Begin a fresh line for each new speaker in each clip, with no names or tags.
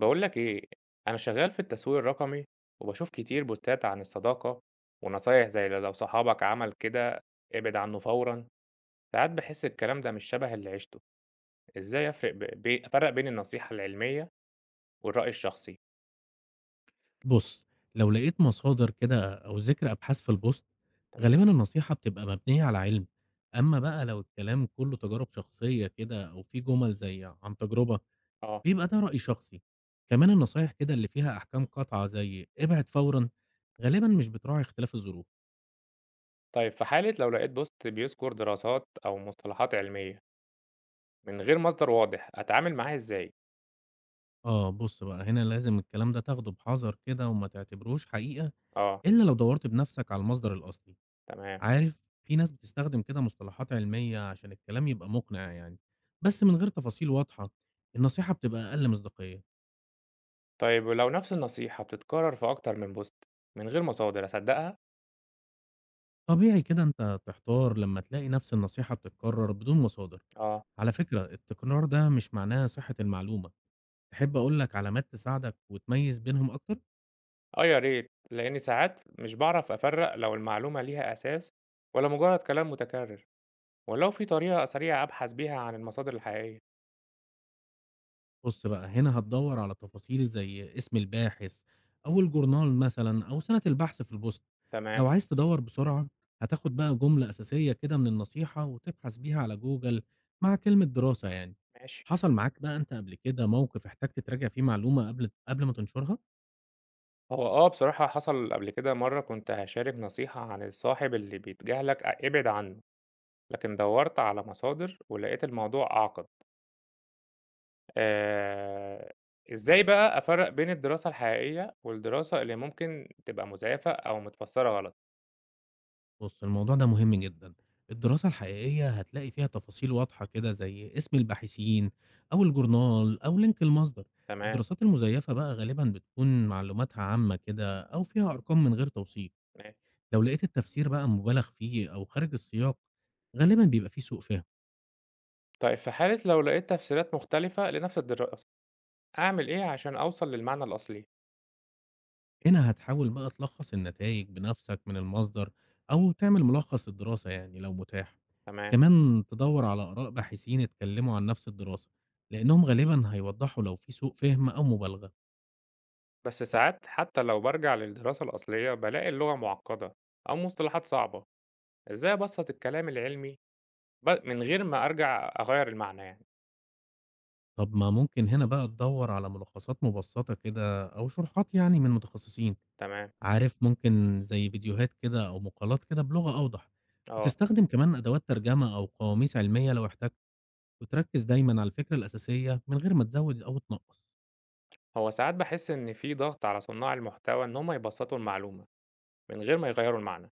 بقول لك إيه، أنا شغال في التسويق الرقمي وبشوف كتير بوستات عن الصداقة ونصايح زي لو صحابك عمل كده ابعد عنه فورًا، ساعات بحس الكلام ده مش شبه اللي عشته، إزاي أفرق أفرق بين النصيحة العلمية والرأي الشخصي؟
بُص، لو لقيت مصادر كده أو ذِكر أبحاث في البوست،
تمام،
غالبًا النصيحة بتبقى مبنية على علم، أمّا بقى لو الكلام كُلّه تجارب شخصية كده أو في جُمل زي عن تجربة،
آه،
بيبقى ده رأي شخصي. كمان النصايح كده اللي فيها أحكام قاطعة زي ابعد فورًا، غالبًا مش بتراعي اختلاف الظروف.
طيب في حالة لو لقيت بوست بيذكر دراسات أو مصطلحات علمية من غير مصدر واضح، أتعامل معاه إزاي؟
آه، بُص بقى هنا لازم الكلام ده تاخده بحذر كده وما تعتبروش حقيقة
آه،
إلا لو دَوّرت بنَفْسك على المصدر الأصلي.
تمام،
عارف في ناس بتستخدم كده مصطلحات علمية عشان الكلام يبقى مقنع يعني، بس من غير تفاصيل واضحة النصيحة بتبقى أقل مصداقية.
طيب ولو نفس النصيحة بتتكرر في أكتر من بوست من غير مصادر أصدقها؟
طبيعي كده أنت تحتار لما تلاقي نفس النصيحة بتتكرر بدون مصادر.
آه.
على فكرة التكرار ده مش معناه صحة المعلومة. تحب أقولك علامات تساعدك وتميز بينهم أكتر؟
آه يا ريت، لإني ساعات مش باعرف أفرّق لو المعلومة ليها أساس والّا مجرد كلام متكرر، ولو في طريقة سريعة أبحث بيها عن المصادر الحقيقية.
بُص بقى، هنا هتدوّر على تفاصيل زي اسم الباحث أو الجورنال مثلًا أو سنة البحث في البوست.
تمام،
لو عايز تدوّر بسرعة، هتاخد بقى جملة أساسية كده من النصيحة وتبحث بيها على جوجل مع كلمة دراسة يعني.
ماشي.
حصل معاك بقى أنت قبل كده موقف احتجت تراجع فيه معلومة قبل ما تنشرها؟
هو آه بصراحة حصل قبل كده مرّة كنت هاشارك نصيحة عن الصاحب اللي بيتجاهلك ابعد عنه، لكن دوّرت على مصادر ولقيت الموضوع أعقد. آآ، إزاي بقى أفرّق بين الدراسة الحقيقية والدراسة اللي ممكن تبقى مزيفة أو متفسرة غلط؟
بُص، الموضوع ده مهم جدًا. الدراسة الحقيقية هتلاقي فيها تفاصيل واضحة كده زي اسم الباحثين أو الجورنال أو لينك المصدر.
تمام،
الدراسات المزيفة بقى غالبًا بتكون معلوماتها عامة كده أو فيها أرقام من غير توثيق.
ماشي.
لو لقيت التفسير بقى مبالغ فيه أو خارج السياق، غالبًا بيبقى فيه سوء فهم.
طيب في حالة لو لقيت تفسيرات مختلفة لنفس الدراسة أعمل إيه عشان أوصل للمعنى الأصلي؟
هنا هتحاول بقى تلخص النتائج بنفسك من المصدر أو تعمل ملخص الدراسة يعني لو متاح.
تمام.
كمان تدور على آراء باحثين اتكلموا عن نفس الدراسة لأنهم غالبا هيوضحوا لو في سوء فهم أو مبالغة.
بس ساعات حتى لو برجع للدراسة الأصلية بلاقي اللغة معقدة أو مصطلحات صعبة، إزاي أبسط الكلام العلمي من غير ما أرجع أغير المعنى يعني.
طب ما ممكن هنا بقى تدور على ملخصات مبسطة كده أو شروحات يعني من متخصصين.
تمام.
عارف ممكن زي فيديوهات كده أو مقالات كده بلغة أوضح،
أه.
وتستخدم كمان أدوات ترجمة أو قواميس علمية لو احتجت، وتركز دايما على الفكرة الأساسية من غير ما تزود أو تنقص.
هو ساعات بحس إن في ضغط على صناع المحتوى إن هم يبسطوا المعلومة من غير ما يغيروا المعنى،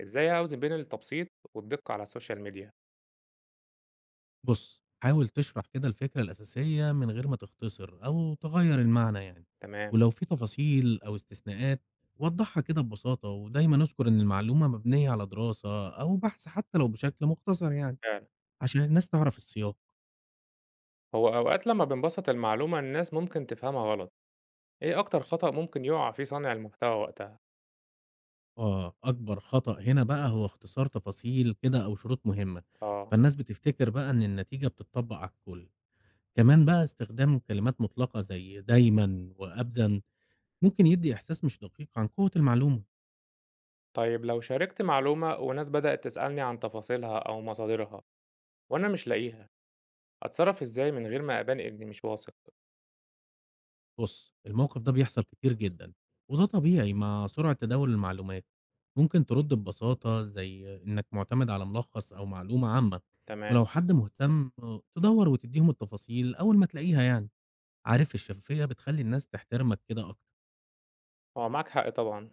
إزاي أوزن بين التبسيط والدقة على السوشيال ميديا؟
بُص، حاول تشرح كده الفكرة الأساسية من غير ما تختصر أو تغيّر المعنى يعني،
تمام.
ولو في تفاصيل أو استثناءات وضّحها كده ببساطة، ودايمًا اذكر إن المعلومة مبنية على دراسة أو بحث حتى لو بشكل مختصر يعني،
فعلا.
عشان الناس تعرف السياق.
هو أوقات لما بنبسط المعلومة الناس ممكن تفهمها غلط، إيه أكتر خطأ ممكن يُقع فيه صانع المحتوى وقتها؟
آه، أكبر خطأ هنا بقى هو اختصار تفاصيل كده أو شروط مهمة،
آه،
فالناس بتفتكر بقى إن النتيجة بتطبّق على الكل. كمان بقى استخدام كلمات مطلقة زي دايمًا وأبدًا ممكن يدّي إحساس مش دقيق عن قوة المعلومة.
طيب لو شاركت معلومة وناس بدأت تسألني عن تفاصيلها أو مصادرها وأنا مش لاقيها، أتصرف إزاي من غير ما أبان إني مش واثق؟
بُص، الموقف ده بيحصل كتير جدًا، وده طبيعي مع سرعة تداول المعلومات. ممكن ترد ببساطة زي إنك معتمد على ملخص أو معلومة عامة،
تمام،
ولو حد مهتم تدوّر وتدّيهم التفاصيل أول ما تلاقيها يعني. عارف الشفافية بتخلّي الناس تحترمك كده أكتر.
هو معاك حق طبعًا،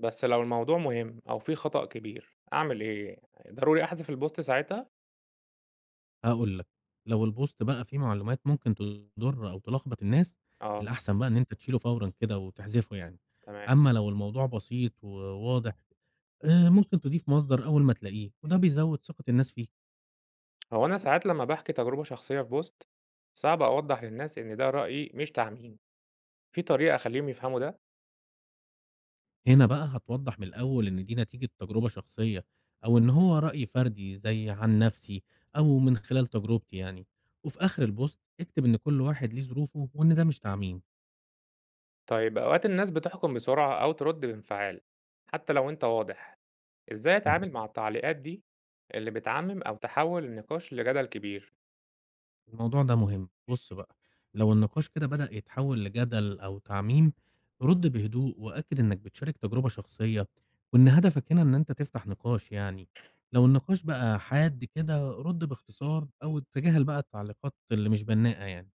بس لو الموضوع مهم أو فيه خطأ كبير أعمل إيه؟ ضروري أحذف البوست ساعتها؟
هاقول لك، لو البوست بقى فيه معلومات ممكن تضر أو تلخبط الناس،
آه،
الأحسن بقى إن أنت تشيله فورًا كده وتحذفه يعني.
تمام،
أمّا لو الموضوع بسيط وواضح، ممكن تضيف مصدر أول ما تلاقيه، وده بيزوّد ثقة الناس فيك.
هو أنا ساعات لمّا باحكي تجربة شخصية في بوست، صعب أوضّح للناس إن ده رأيي مش تعميم، في طريقة أخلّيهم يفهموا ده؟
هنا بقى هتوضح من الأول إن دي نتيجة تجربة شخصية أو إن هو رأي فردي زي عن نفسي أو من خلال تجربتي يعني، وفي آخر البوست اكتب إن كل واحد ليه ظروفه وإن ده مش تعميم.
طيب أوقات الناس بتحكم بسرعة أو ترد بانفعال حتى لو أنت واضح، إزاي
مهم.
أتعامل مع التعليقات دي اللي بتعمم أو تحول النقاش لجدل كبير؟
الموضوع ده مهم، بص بقى لو النقاش كده بدأ يتحول لجدل أو تعميم رد بهدوء وأكد إنك بتشارك تجربة شخصية وإن هدفك هنا إن أنت تفتح نقاش يعني. لو النقاش بقى حاد كده رد باختصار أو تجاهل بقى التعليقات اللي مش بناءة يعني.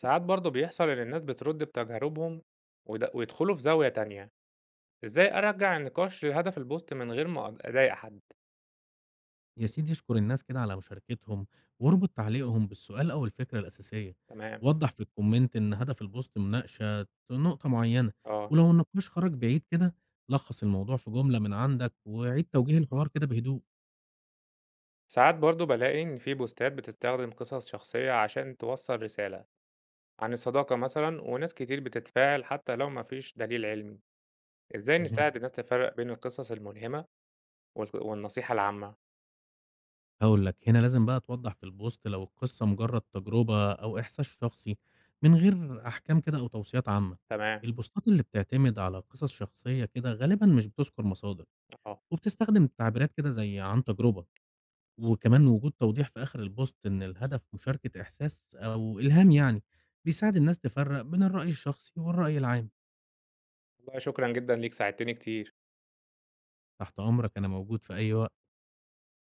ساعات برضه بيحصل إن الناس بترد بتجاربهم ويدخلوا في زاوية تانية، إزاي أرجع النقاش لهدف البوست من غير ما أضايق حد؟
يا سيدي اشكر الناس كده على مشاركتهم واربط تعليقهم بالسؤال أو الفكرة الأساسية.
تمام،
وضح في الكومنت إن هدف البوست مناقشة نقطة معينة،
آه،
ولو النقاش خرج بعيد كده لخص الموضوع في جملة من عندك وعيد توجيه الحوار كده بهدوء.
ساعات برضه بلاقي إن في بوستات بتستخدم قصص شخصية عشان توصل رسالة عن الصداقة مثلا وناس كتير بتتفاعل حتى لو مفيش دليل علمي، إزاي
مهم.
نساعد الناس تفرق بين القصص الملهمة والنصيحة العامة،
هقول لك هنا لازم بقى توضح في البوست لو القصة مجرد تجربة أو إحساس شخصي من غير أحكام كده أو توصيات عامة.
تمام،
البوستات اللي بتعتمد على قصص شخصية كده غالبا مش بتذكر مصادر
آه،
وبتستخدم تعبيرات كده زي عن تجربة، وكمان وجود توضيح في آخر البوست إن الهدف مشاركة إحساس أو إلهام يعني، بيساعد الناس تفرّق بين الرأي الشخصي والرأي العام.
والله شكرًا جدًا ليك، ساعدتني كتير.
تحت أمرك أنا موجود في أي وقت.